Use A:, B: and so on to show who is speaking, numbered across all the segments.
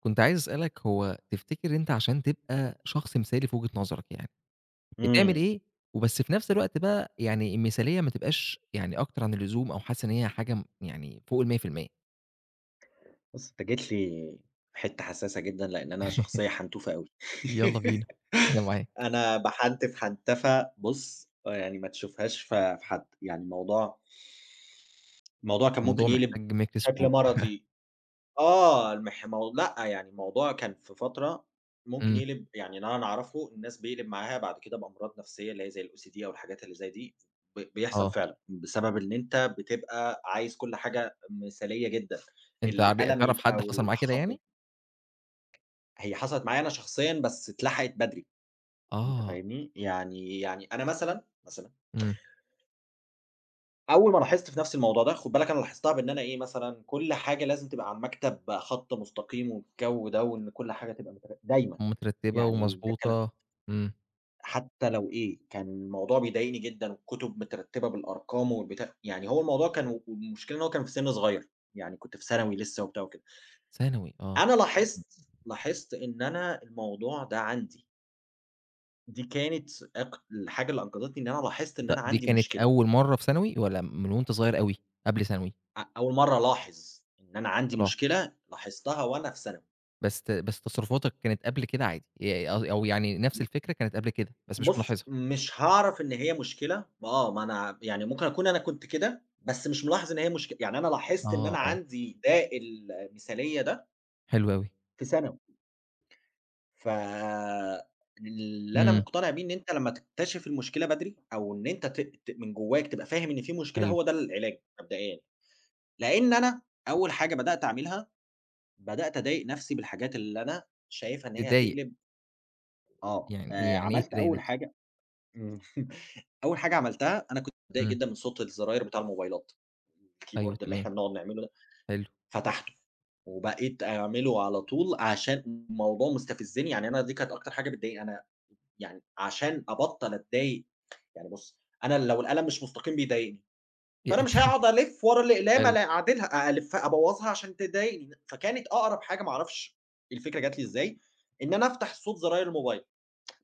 A: كنت عايز أسألك هو تفتكر أنت عشان تبقى شخص مثالي في وجهة نظرك يعني، بتعمل
B: إمم.
A: إيه وبس في نفس الوقت بقى يعني المثالية ما تبقاش يعني أكتر عن اللزوم أو حاسس إن هي حاجة يعني فوق ال100%؟
B: بُص، أنت جيت لي في حتّة حسّاسة جدًا، لإن أنا شخصية حنتوفة أوي.
A: يالّا بينا. أنا معاك.
B: أنا باحنتف حنتفة بُص، آه، يعني ما تشوفهاش في حد. يعني الموضوع كان
A: الموضوع
B: ممكن يقلب
A: محتاج
B: شكل
A: ميكروسكوب.
B: مرضي. آه. المح مو لأ، يعني الموضوع كان في فترة ممكن
A: إمم.
B: يقلب، يعني اللي أنا أعرفه الناس بيقلب معاها بعد كده بأمراض نفسيّة اللي هي زي الOCD أو الحاجات اللي زي دي، بيحصل
A: آه.
B: فعلًا. بسبب إن أنت بتبقى عايز كل حاجة مثالية جدًا.
A: أنت
B: القلم
A: تعرف
B: يبقى
A: حد حصل معاه كده
B: والخط
A: يعني؟
B: هي حصلت معايا أنا شخصيًا بس اتلحقت بدري، أنت
A: آه.
B: فاهمني؟ يعني أنا مثلًا،
A: إمم.
B: أول ما لاحظت في نفْسي الموضوع ده، خُد بالك أنا لاحظتها بإن أنا إيه، مثلًا كل حاجة لازم تبقى على المكتب خط مستقيم والجو ده، وإن كل حاجة تبقى متر دايمًا،
A: مترتبة
B: يعني ده كلا
A: ومضبوطة. إمم.
B: حتى لو إيه، كان الموضوع بيضايقني جدًا والكتب مترتبة بالأرقام والبتاع، يعني هو الموضوع كان والمشكلة إن هو كان في سِن صغير، يعني كنت في ثانوي لسه وبتاع وكده.
A: ثانوي آه.
B: أنا لاحظت إن أنا الموضوع ده عندي. دي كانت الحاجة اللي أنقذتني إن أنا لاحظت
A: د
B: إن أنا
A: دي
B: عندي
A: كانت
B: مشكلة،
A: أول مرة في ثانوي والّا من وأنت صغير أوي قبل ثانوي؟
B: أول مرّة ألاحظ إن أنا عندي
A: تلاحظ؟
B: مشكلة لاحظتها وأنا في ثانوي،
A: بس تصرفاتك كانت قبل كده عادي، ي أو أو يعني نفس الفكرة كانت قبل كده، بس مش
B: بُص
A: ملاحظها.
B: مش هاعرف إن هي مشكلة، آه، ما أنا يعني ممكن أكون أنا كنت كده، بس مش ملاحظ إن هي يعني أنا لاحظت إن
A: آه،
B: أنا
A: آه.
B: عندي داء المثالية ده
A: حلو أوي.
B: في ثانوي، ف اللي أنا
A: إمم.
B: مقتنع بيه إن أنت لمّا تكتشف المشكلة بدري، أو إن أنت ت ت من جواك تبقى فاهم إن في مشكلة
A: حلو.
B: هو ده العلاج مبدئيًا، لإن أنا أول حاجة بدأت أعملها، بدأت أضايق نفسي بالحاجات اللي أنا شايفها إن هي
A: تضايق.
B: هتقلب. آه،
A: يعني يعني إيه
B: عملت
A: تضايق
B: أول
A: نفسك؟
B: حاجة إمم، أول حاجة عملتها أنا كنت متضايق
A: إمم.
B: جدًا من صوت الزراير بتاع الموبايلات،
A: أيوه
B: الكيبورد اللي
A: تمام.
B: إحنا بنقعد نعمله ده،
A: حلو.
B: فتحته وبقيت أعمله على طول عشان الموضوع مستفزني، يعني أنا دي كانت أكتر حاجة بتضايقني، أنا يعني عشان أبطّل أتضايق، يعني بُص، أنا لو القلم مش مستقيم بيضايقني.
A: ي
B: فأنا مش هاقعد ألِف ورا الأقلامة
A: حلو.
B: لا أعدلها، ألِفّها أبوّظها عشان تضايقني، فكانت أقرب حاجة ما أعرفش الفكرة جات لي إزاي، إن أنا أفتح صوت زراير الموبايل،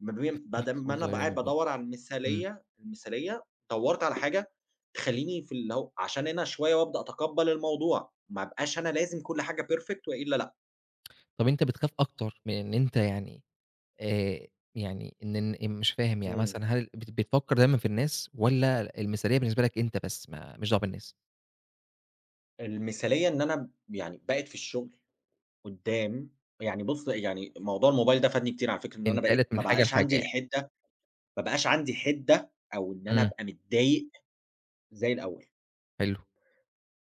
B: ما بين
A: تحت
B: بدل ما
A: صوت
B: أنا أبقى
A: زي
B: قاعد
A: الموبايل.
B: بادوّر على
A: إمم.
B: المثالية المثالية، دوّرت على حاجة تخلّيني في اللي هو عشان أنا شوية وأبدأ أتقبّل الموضوع، ما أبقاش أنا لازم كل حاجة perfect وإلا لأ.
A: طب أنت بتخاف أكتر من إن أنت يعني آآ، يعني إن مش فاهم يعني
B: إمم.
A: مثلًا هل بتفكّر دايمًا في الناس والّا المثالية بالنسبة لك أنت بس ما ماليش دعوة بالناس؟
B: المثالية إن أنا يعني بقيت في الشغل قدّام، يعني بُص يعني موضوع الموبايل ده فادني كتير على فكرة، إن أنا بقيت
A: انتقلت
B: ما
A: من حاجة
B: بقاش
A: لحاجة
B: عندي
A: يعني.
B: الحِدة ما بقاش عندي حِدّة أو إن أنا
A: إمم.
B: أبقى متضايق زي الأول،
A: حلو.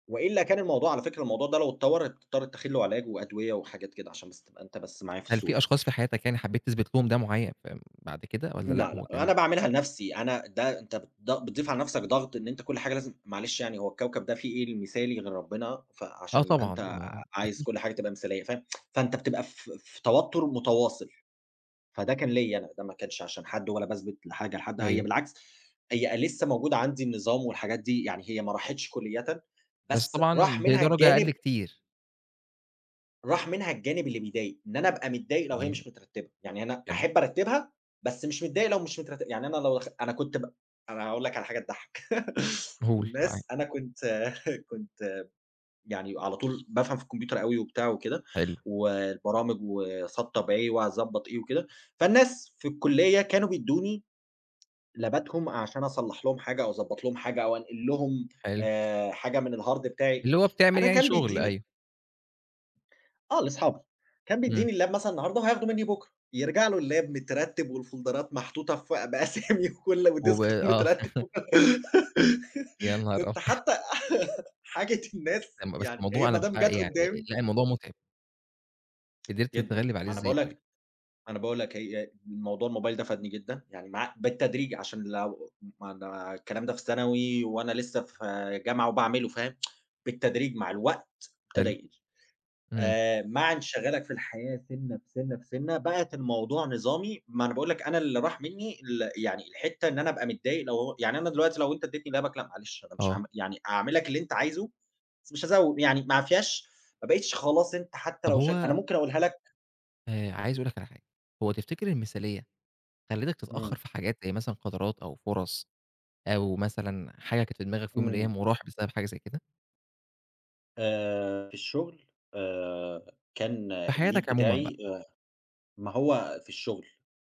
B: وإلا كان الموضوع على فكرة الموضوع ده لو اتطوّر هتضطر تتّخذ له علاج وأدوية وحاجات كده عشان بس تبقى أنت بس معايا في
A: هل في
B: الصورة.
A: أشخاص في حياتك يعني حبيت تثبت لهم ده معيّن بعد كده والّا لأ
B: لأ،
A: هو
B: لأ،
A: كان؟
B: أنا باعملها لنَفْسي، أنا ده أنت بتضيف على نَفْسك ضغط إن أنت كل حاجة لازم، معلش يعني هو الكوكب ده فيه إيه المثالي غير ربنا،
A: آه
B: فعشان يبقى
A: طبعًا
B: أنت
A: ما
B: عايز
A: أكيد.
B: كل حاجة تبقى مثالية، فاهم؟ فأنت بتبقى في توتُّر متواصل. فده كان ليّا أنا، ده ما كانش عشان حد ولا باثبت لحاجة لحد، هي
A: أيوه،
B: بالعكس هي لسه موجودة عندي النظام والحاجات دي، يعني هي ما راحتش كُلّيةً،
A: بس
B: بس
A: طبعًا
B: راح منها
A: بدرجة أقل
B: الجانب
A: كتير.
B: راح منها الجانب اللي بيضايق، إن أنا أبقى متضايق لو هي
A: يعني
B: مش مترتبة، يعني أنا
A: حلو.
B: أحب أرتّبها، بس مش متضايق لو مش مترتبة. يعني أنا لو دخ أنا كنت ب أنا هاقول لك على حاجة تضحّك،
A: قُل معاك.
B: الناس أنا كنت كنت يعني على طول بافهم في الكمبيوتر أوي وبتاع وكده،
A: حلو.
B: والبرامج وسطّب إيه وأضبّط إيه وكده، فالناس في الكُلّية كانوا بيدّوني لاباتهم عشان أصلّح لهم حاجة أو أضبّط لهم حاجة أو أنقل لهم
A: حلو.
B: حاجة من الhard بتاعي،
A: اللي هو بتعمل
B: أنا
A: يعني
B: كان
A: شغل
B: بيدّيني،
A: أيوه.
B: آه، لأصحابي، كان
A: إمم.
B: بيدّيني اللاب مثلًا النهارده وهياخده منّي بُكرة، يرجع له اللاب مترتّب والفولدرات محطوطة ف بأسامي والديسك توب
A: آه.
B: مترتّب.
A: يا نهار
B: كنت
A: أبيض!
B: حتى حاجة الناس
A: لأ بس
B: يعني
A: الموضوع
B: هي
A: أنا
B: ما دام جات
A: يعني
B: قدّامي
A: لأ الموضوع متعب. قدرت
B: جدًا،
A: تتغلب عليه
B: ما أنا
A: إزاي
B: باقول
A: طيب؟
B: لك أنا باقول لك هي الموضوع الموبايل ده فادني جدًا، يعني بالتدريج عشان لو، ما أنا الكلام ده في ثانوي وأنا لسه في جامعة وباعمله، فاهم، بالتدريج مع الوقت ابتدى
A: حلو.
B: يقل.
A: إمم.
B: مع انشغالك في الحياة سِنّة، في سِنّة، في سِنّة بقت الموضوع نظامي، ما أنا باقول لك أنا اللي راح مني يعني الحتة إن أنا أبقى متضايق لو هو، يعني أنا دلوقتي لو أنت اديتني لعبك لأ معلش أنا مش
A: آه.
B: هاعمل يعني هاعمل لك اللي أنت عايزه، بس مش هازوّد يعني ما فيهاش، ما بقيتش خلاص أنت حتى
A: طب
B: لو شك أنا
A: هو
B: ممكن أقولها لك.
A: عايز أقول لك على حاجة. هو تفتكر المثالية خلّتك تتأخر
B: إمم،
A: في حاجات زي مثلًا قدرات أو فرص أو مثلًا حاجة كانت في دماغك في يوم من
B: إمم.
A: الأيام وراح بسبب حاجة زي كده؟
B: في الشغل، كان
A: في
B: الlead
A: حياتك عمومًا بقى.
B: بتاعي، ما هو في الشغل،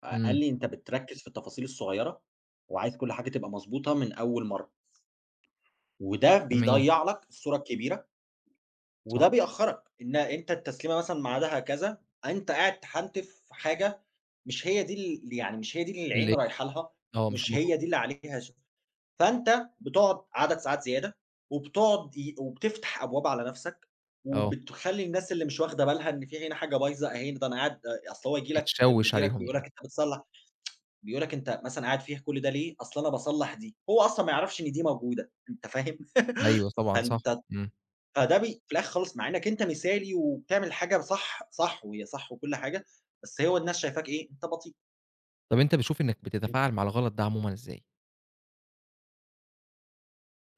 B: قال
A: إمم.
B: لي: "أنت بتركّز في التفاصيل الصغيّرة وعايز كل حاجة تبقى مضبوطة من أول مرّة، وده
A: تمام.
B: بيضيّع لك الصورة الكبيرة، وده
A: صح.
B: بيأخّرك، إن أنت التسليمة مثلًا ميعادها كذا، أنت قاعد تحنتف في حاجة مش هي دي ال يعني مش هي دي اللي العين
A: اللي
B: رايحة لها،
A: آه، مش
B: مش
A: المفروض.
B: هي دي اللي عليها فأنت بتقعد عدد ساعات زيادة، وبتقعد وبتفتح أبواب على نَفْسك،
A: آه.
B: وبتخلّي الناس اللي مش واخدة بالها إن في هنا حاجة بايظة، أهي ده أنا قاعد، أصل هو ييجي لك
A: بتشوِّش
B: مديرك
A: عليهم
B: ويقول لك:
A: يعني.
B: "أنت بتصلّح"، بيقول لك: "أنت مثلًا قاعد فيها كل ده ليه؟" "أصل أنا باصلّح دي." هو أصلًا ما يعرفش إن دي موجودة، أنت فاهم؟
A: أيوه طبعًا، صح.
B: فأنت
A: إمم.
B: فده في الآخر خالص مع إنّك أنت مثالي وبتعمل حاجة صح، صح وهي صح وكل حاجة، بس هو الناس شايفاك إيه، أنت بطيء.
A: طَب أنت بتشوف إنك بتتفاعل مع الغلط ده عمومًا إزاي؟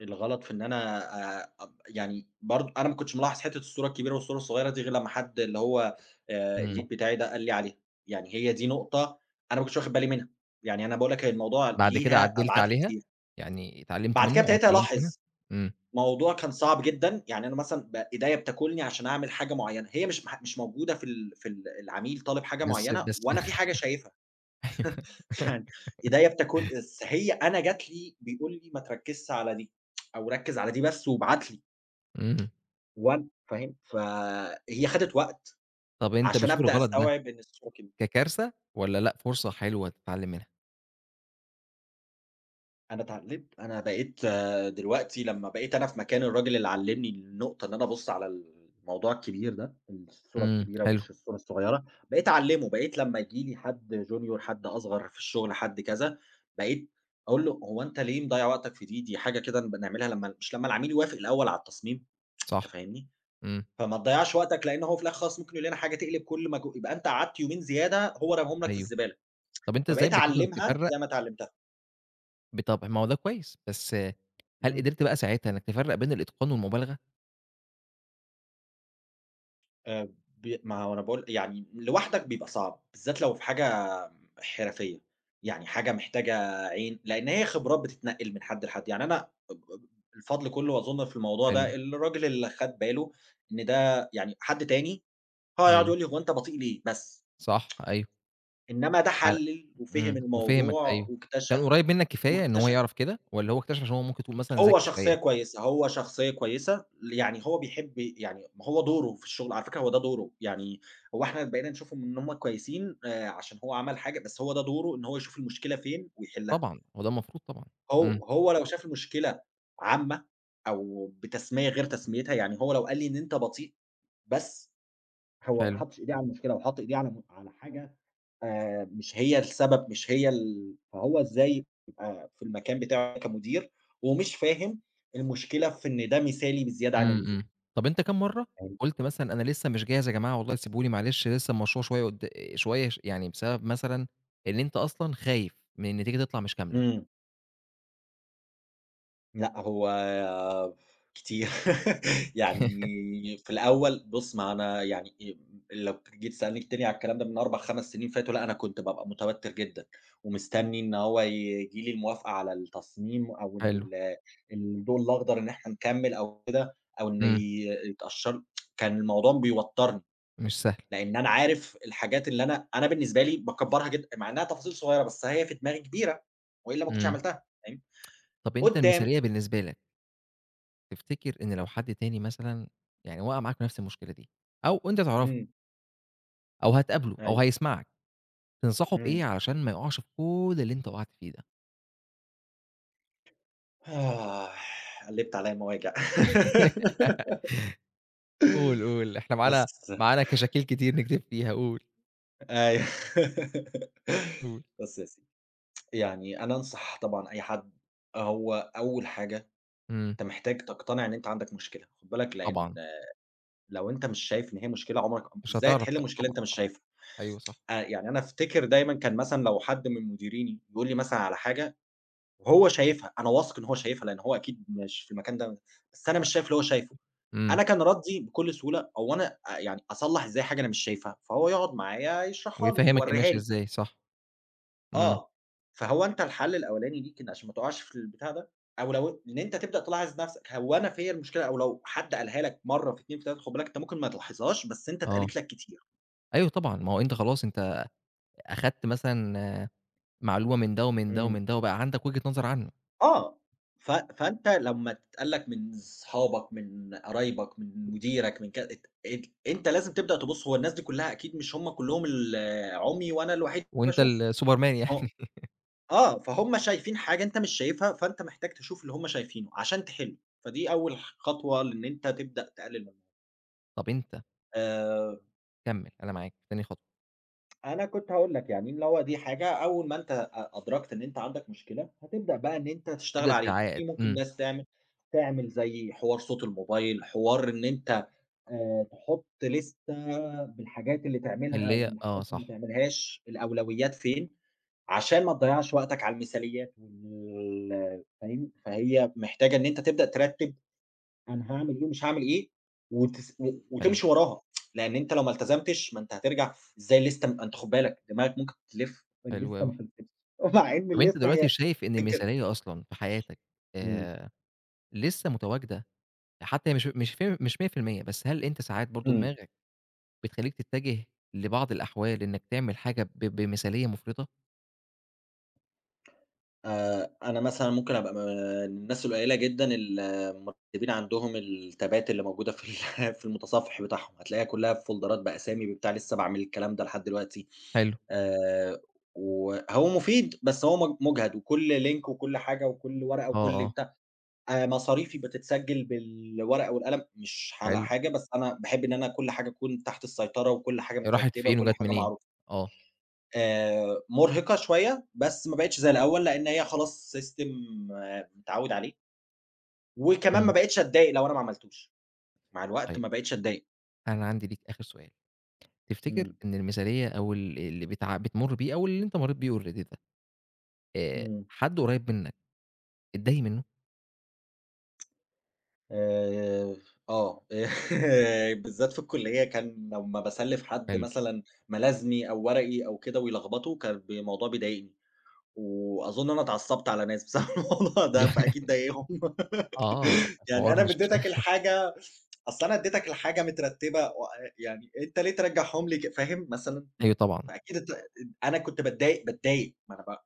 B: الغلط في إن أنا، أب يعني برضه أنا ما كنتش ملاحظ حتّة الصورة الكبيرة والصورة الصغيرة دي غير لمّا حد اللي هو الlead
A: إمم.
B: بتاعي ده قال لي عليها، يعني هي دي نقطة أنا ما كنتش واخد بالي منها، يعني أنا باقول لك هي الموضوع
A: بعد كده
B: ليها
A: عدّلت
B: أبعاد
A: عليها؟
B: كتير،
A: يعني اتعلمت
B: بعد
A: منه
B: كده
A: أو
B: ابتديت
A: اتعلمت منها؟
B: ألاحظ.
A: إمم.
B: موضوع كان صعب جدًا، يعني أنا مثلًا إيديّا بتاكلني عشان أعمل حاجة معيّنة، هي مش موجودة في ال في ال العميل طالب حاجة
A: بس
B: معيّنة
A: بس
B: وأنا في حاجة شايفها،
A: أيوه.
B: يعني إيديّا بتاكل، بس هي أنا جات لي بيقول لي: ما تركّزش على دي، أو ركّز على دي بس وابعت لي،
A: إمم.
B: وأنا فاهم؟ فهي خدت وقت
A: طَب أنت
B: عشان
A: بتشوف
B: أبدأ
A: الغلط ده
B: أستوعب إن السوق كده.
A: ككارثة والّا لأ فرصة حلوة تتعلم منها؟
B: أنا اتعلمت، أنا بقيت، آه، دلوقتي لمّا بقيت أنا في مكان الراجل اللي علّمني النقطة إن أنا أبُص على الموضوع الكبير ده، الصورة
A: إمم.
B: الكبيرة
A: حلو.
B: مش الصورة الصغيرة، بقيت أعلّمه، بقيت لمّا ييجي لي حد junior، حد أصغر في الشغل، حد كذا، بقيت أقول له: "هو أنت ليه مضيّع وقتك في دي؟ دي حاجة كده بنعملها لمّا"، مش لمّا العميل يوافق الأول على التصميم، أنت
A: صح.
B: فاهمني؟
A: إمم.
B: فما تضيّعش وقتك، لإن هو في الآخر خلاص ممكن يقول لنا حاجة تقلب كل يبقى أنت قعدت يومين زيادة هو رماهم لك في
A: أيوه.
B: الزبالة،
A: طَب أنت إزاي
B: فبقيت
A: بتقدر
B: أعلّمها
A: تفرّق؟
B: زي ما اتعلّمتها.
A: بطبع ما هو ده كويس، بس هل
B: إمم.
A: قدرت بقى ساعتها إنّك تفرّق بين الإتقان والمبالغة؟
B: آآ ب ما هو أنا باقول يعني لوحدك بيبقى صعب، بالذات لو في حاجة حرفية، يعني حاجة محتاجة عين، لإن هي خبرات بتتنقّل من حد لحد، يعني أنا الفضل كله أظن في الموضوع
A: حلو.
B: ده الراجل اللي خَد باله إن ده، يعني حد تاني هيقعد
A: أيوه،
B: يقول لي: "هو أنت بطيء ليه؟" بس،
A: صح، أيوه.
B: إنما ده
A: على
B: حلّل وفِهِم
A: إمم. وفهمك
B: الموضوع
A: أيوه. كان
B: واكتشف،
A: قريّب منّك كفاية إن هو
B: واكتشف
A: يعرف كده، والّا هو اكتشف عشان هو ممكن تقول مثلًا
B: هو
A: ذكي
B: شخصية
A: شوية؟
B: كويسة، هو شخصية كويسة، يعني هو بيحب، يعني ما هو دوره في الشغل، على فكرة هو ده دوره، يعني هو إحنا بقينا نشوفهم إن هم كويسين عشان هو عمل حاجة، بس هو ده دوره إن هو يشوف المشكلة فين ويحلها،
A: طبعًا، هو ده المفروض طبعًا. إمم.
B: هو لو شاف المشكلة عامة أو بتسمية غير تسميتها، يعني هو لو قال لي إن أنت بطيء، بس هو ما
A: حلو.
B: حطش إيديه على المشكلة، هو حط إيديه على على حاجة مش هي السبب، مش هي ال فهو إزاي يبقى في المكان بتاعه كمدير ومش فاهم المشكلة في إن ده مثالي بزيادة عن
A: إمم.
B: اللزوم.
A: إمم. طَب أنت كام مرّة
B: أيوه.
A: قُلت مثلًا أنا لسه مش جاهز يا جماعة والله سيبوني معلش لسه المشروع شوية قد شوية ش يعني بسبب مثلًا إن أنت أصلًا خايف من النتيجة تطلع مش كاملة؟
B: إمم. لأ، هو كتير يعني في الأول بُص، ما أنا يعني، لو جيت تسألني تاني على الكلام ده من 4، 5 سنين فاتوا، لأ، أنا كنت بابقى متوتر جدًا، ومستني إن هو ييجي لي الموافقة على التصميم أو
A: حلو.
B: الضوء الأخضر إن إحنا نكمّل أو كده، أو إن
A: إمم.
B: يتقشّر، كان الموضوع بيوتّرني،
A: مش سهل.
B: لإن أنا عارف الحاجات اللي أنا بالنسبة لي باكبّرها جدًا، مع إنها تفاصيل صغيرة، بس هي في دماغي كبيرة، وإلا ما كنتش
A: إمم.
B: عملتها، فاهم؟
A: طَب أنت
B: قدّام،
A: المثالية بالنسبة لك تفتكر إن لو حد تاني مثلًا يعني وقع معاك في نفس المشكلة دي، أو أنت تعرفه
B: إمم،
A: أو هتقابله أو
B: أيوه.
A: هيسمعك، تنصحه بإيه
B: إمم.
A: علشان ما يقعش في كل اللي أنت وقعت فيه ده؟
B: آه، قلّبت عليّا مواجع.
A: قُل، قُل، إحنا
B: بس
A: معانا كشاكيل كتير نكتب فيها قُل.
B: أيوه.
A: قُل.
B: بُص يا سيدي، يعني أنا أنصح طبعًا أي حد، هو أول حاجة
A: إمم.
B: أنت محتاج تقتنع إن أنت عندك مشكلة، خُد بالك، لإن
A: طبعًا
B: لو أنت مش شايف إن هي مشكلة عمرك
A: مش
B: إزاي
A: هتعرف
B: هتحل مشكلة
A: طبعًا
B: أنت مش
A: صح.
B: شايفها؟
A: أيوه صح.
B: يعني أنا أفتكر دايمًا كان مثلًا لو حد من مديريني يقول لي مثلًا على حاجة وهو شايفها، أنا واثق إن هو شايفها لإن هو أكيد مش في المكان ده، بس أنا
A: أ
B: مش شايف اللي هو شايفه.
A: أكيد، إمم.
B: أنا كان ردّي بكل سهولة هو أنا، يعني أصلّح إزاي حاجة أنا مش شايفها؟ فهو يقعد معايا يشرحها لي،
A: ويفهمك هي
B: يورّيها
A: ماشية
B: لي،
A: إزاي، صح. إمم.
B: آه، فهو أنت الحل الأولاني ليك إن عشان ما تقعش في البتاع ده، أو لو إن أنت تبدأ تلاحظ نَفْسك، هو أنا فيّا المشكلة، أو لو حد قالها لك مرّة في 2 في 3 خُد بالك أنت ممكن ما تلاحظهاش بس أنت
A: آه.
B: اتقالت لك كتير.
A: أيوه طبعًا، ما هو أنت خلاص أنت أخدت مثلًا آه، معلومة من ده ومن ده
B: إمم.
A: ومن ده، وبقى عندك وجهة نظر عنه.
B: آه، فأنت لمّا تتقال لك من صحابك، من قرايبك، من مديرك، من ك ات ات أنت لازم تبدأ تبُص، هو الناس دي كلّها أكيد مش هم كلّهم ال عُمي وأنا الوحيد
A: وأنت
B: باشوف.
A: السوبرمان يعني.
B: آه. آه، فهُم شايفين حاجة أنت مش شايفها، فأنت محتاج تشوف اللي هُم شايفينه عشان تحِل، فدي أول خطوة لإن أنت تبدأ تقلل من،
A: طب أنت
B: آآ،
A: كمّل، أنا معاك، تاني خطوة.
B: أنا كنت هاقول لك يعني اللي هو دي حاجة، أول ما أنت أدركت إن أنت عندك مشكلة، هتبدأ بقى إن أنت تشتغل
A: تبدأ
B: عليها،
A: تعاقد.
B: في ممكن
A: إمم.
B: ناس تعمل، زي حوار صوت الموبايل، حوار إن أنت تحُط لِستة بالحاجات اللي تعملها
A: اللي هي آه
B: والحاجات اللي ما
A: صح.
B: تعملهاش، الأولويات فين، عشان ما تضيّعش وقتك على المثاليات وال فاهم، فهي محتاجة إن أنت تبدأ ترتّب أنا هاعمل إيه ومش هاعمل إيه، وتس و
A: حلو.
B: وتمشي وراها، لإن أنت لو ما التزمتش ما أنت هترجع إزاي اللِستة، أنت خُد بالك دماغك ممكن تلِف
A: حلو
B: اللِستة
A: أوي.
B: ما خلصتش، مع إن
A: طب أنت
B: اللِستة
A: دلوقتي
B: هي
A: شايف إن
B: فكر.
A: المثالية أصلًا في حياتك
B: إمم،
A: آآ، لسه متواجدة حتى مش 100%، بس هل أنت ساعات برضه
B: إمم.
A: دماغك بتخلّيك تتجه لبعض الأحوال إنك تعمل حاجة بمثالية مُفرطة؟
B: أنا مثلًا ممكن أبقى من الناس القليلة جدًا ال المرتبين عندهم التابات اللي موجودة في ال في المتصفح بتاعهم، هتلاقيها كلّها بفولدرات بأسامي ببتاع، لسه باعمل الكلام ده لحد دلوقتي.
A: حلو.
B: آآ، وهو مفيد بس هو مُجهد، وكل لينك وكل حاجة وكل ورقة
A: آه،
B: وكل
A: آه.
B: بتاع، مصاريفي بتتسجل بالورقة والقلم، مش على
A: حلو.
B: حاجة، بس أنا باحب إن أنا كل حاجة تكون تحت السيطرة، وكل حاجة
A: راحت
B: مترتبة،
A: فين
B: وكل
A: وجات
B: حاجة
A: منين؟
B: معروفة.
A: آه.
B: مُرهقة شوية، بس ما بقِتش زي الأول، لإن هي خلاص system، آه، متعوّد عليه، وكمان
A: إمم.
B: ما بقِتش أتضايق لو أنا ما عملتوش، مع الوقت
A: طيب
B: ما بقِتش أتضايق.
A: أنا عندي ليك آخر سؤال. تفتكر
B: إمم،
A: إن المثالية أو اللي بتمُر بيه أو اللي أنت مرّيت بيه already ده،
B: إمم.
A: حد قريب منك اتضايق منه.
B: آآ، آه، بالذات في الكُلّية كان لمّا باسلِّف حد
A: حلو.
B: مثلًا ملازمي أو ورقي أو كده ويلخبطه، كان الموضوع بيضايقني. وأظن أنا اتعصبت على ناس بسبب الموضوع ده، فأكيد ضايقهم.
A: آه،
B: يعني
A: الحوار
B: أنا
A: مش
B: اديتك الحاجة، أصل أنا اديتك الحاجة مترتبة و، يعني أنت ليه ترجّعهم لي فاهم مثلًا؟
A: أيوه
B: يعني
A: طبعًا.
B: فأكيد أنت أنا كنت باتضايق، ما أنا ب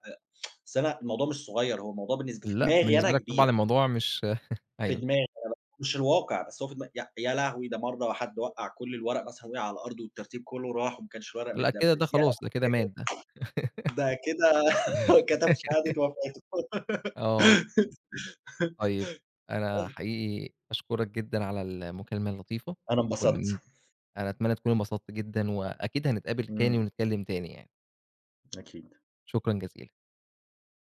B: أصل أنا الموضوع مش صغير، هو الموضوع في
A: لأ،
B: دماغي أنا
A: بالنسبة لك طبعًا
B: كبير،
A: الموضوع مش
B: في
A: أيوه.
B: دماغي مش الواقع، بس هو في دماغي يا يا لهوي! ده مرّة حد وقّع كل الورق مثلًا وقع على الأرض والترتيب كله راح وما كانش الورق
A: لأ كده ده
B: متدبِّس، ياه!
A: خلاص، ده كده مات ده.
B: ده كده كتب شهادة وفاته.
A: آه. طيب أنا حقيقي باشكرك جدًا على المكالمة اللطيفة،
B: أنا انبسطت.
A: وإن أنا أتمنى تكون انبسطت جدًا، وأكيد هنتقابل تاني
B: إمم.
A: ونتكلم تاني يعني.
B: أكيد
A: شكرًا جزيلًا.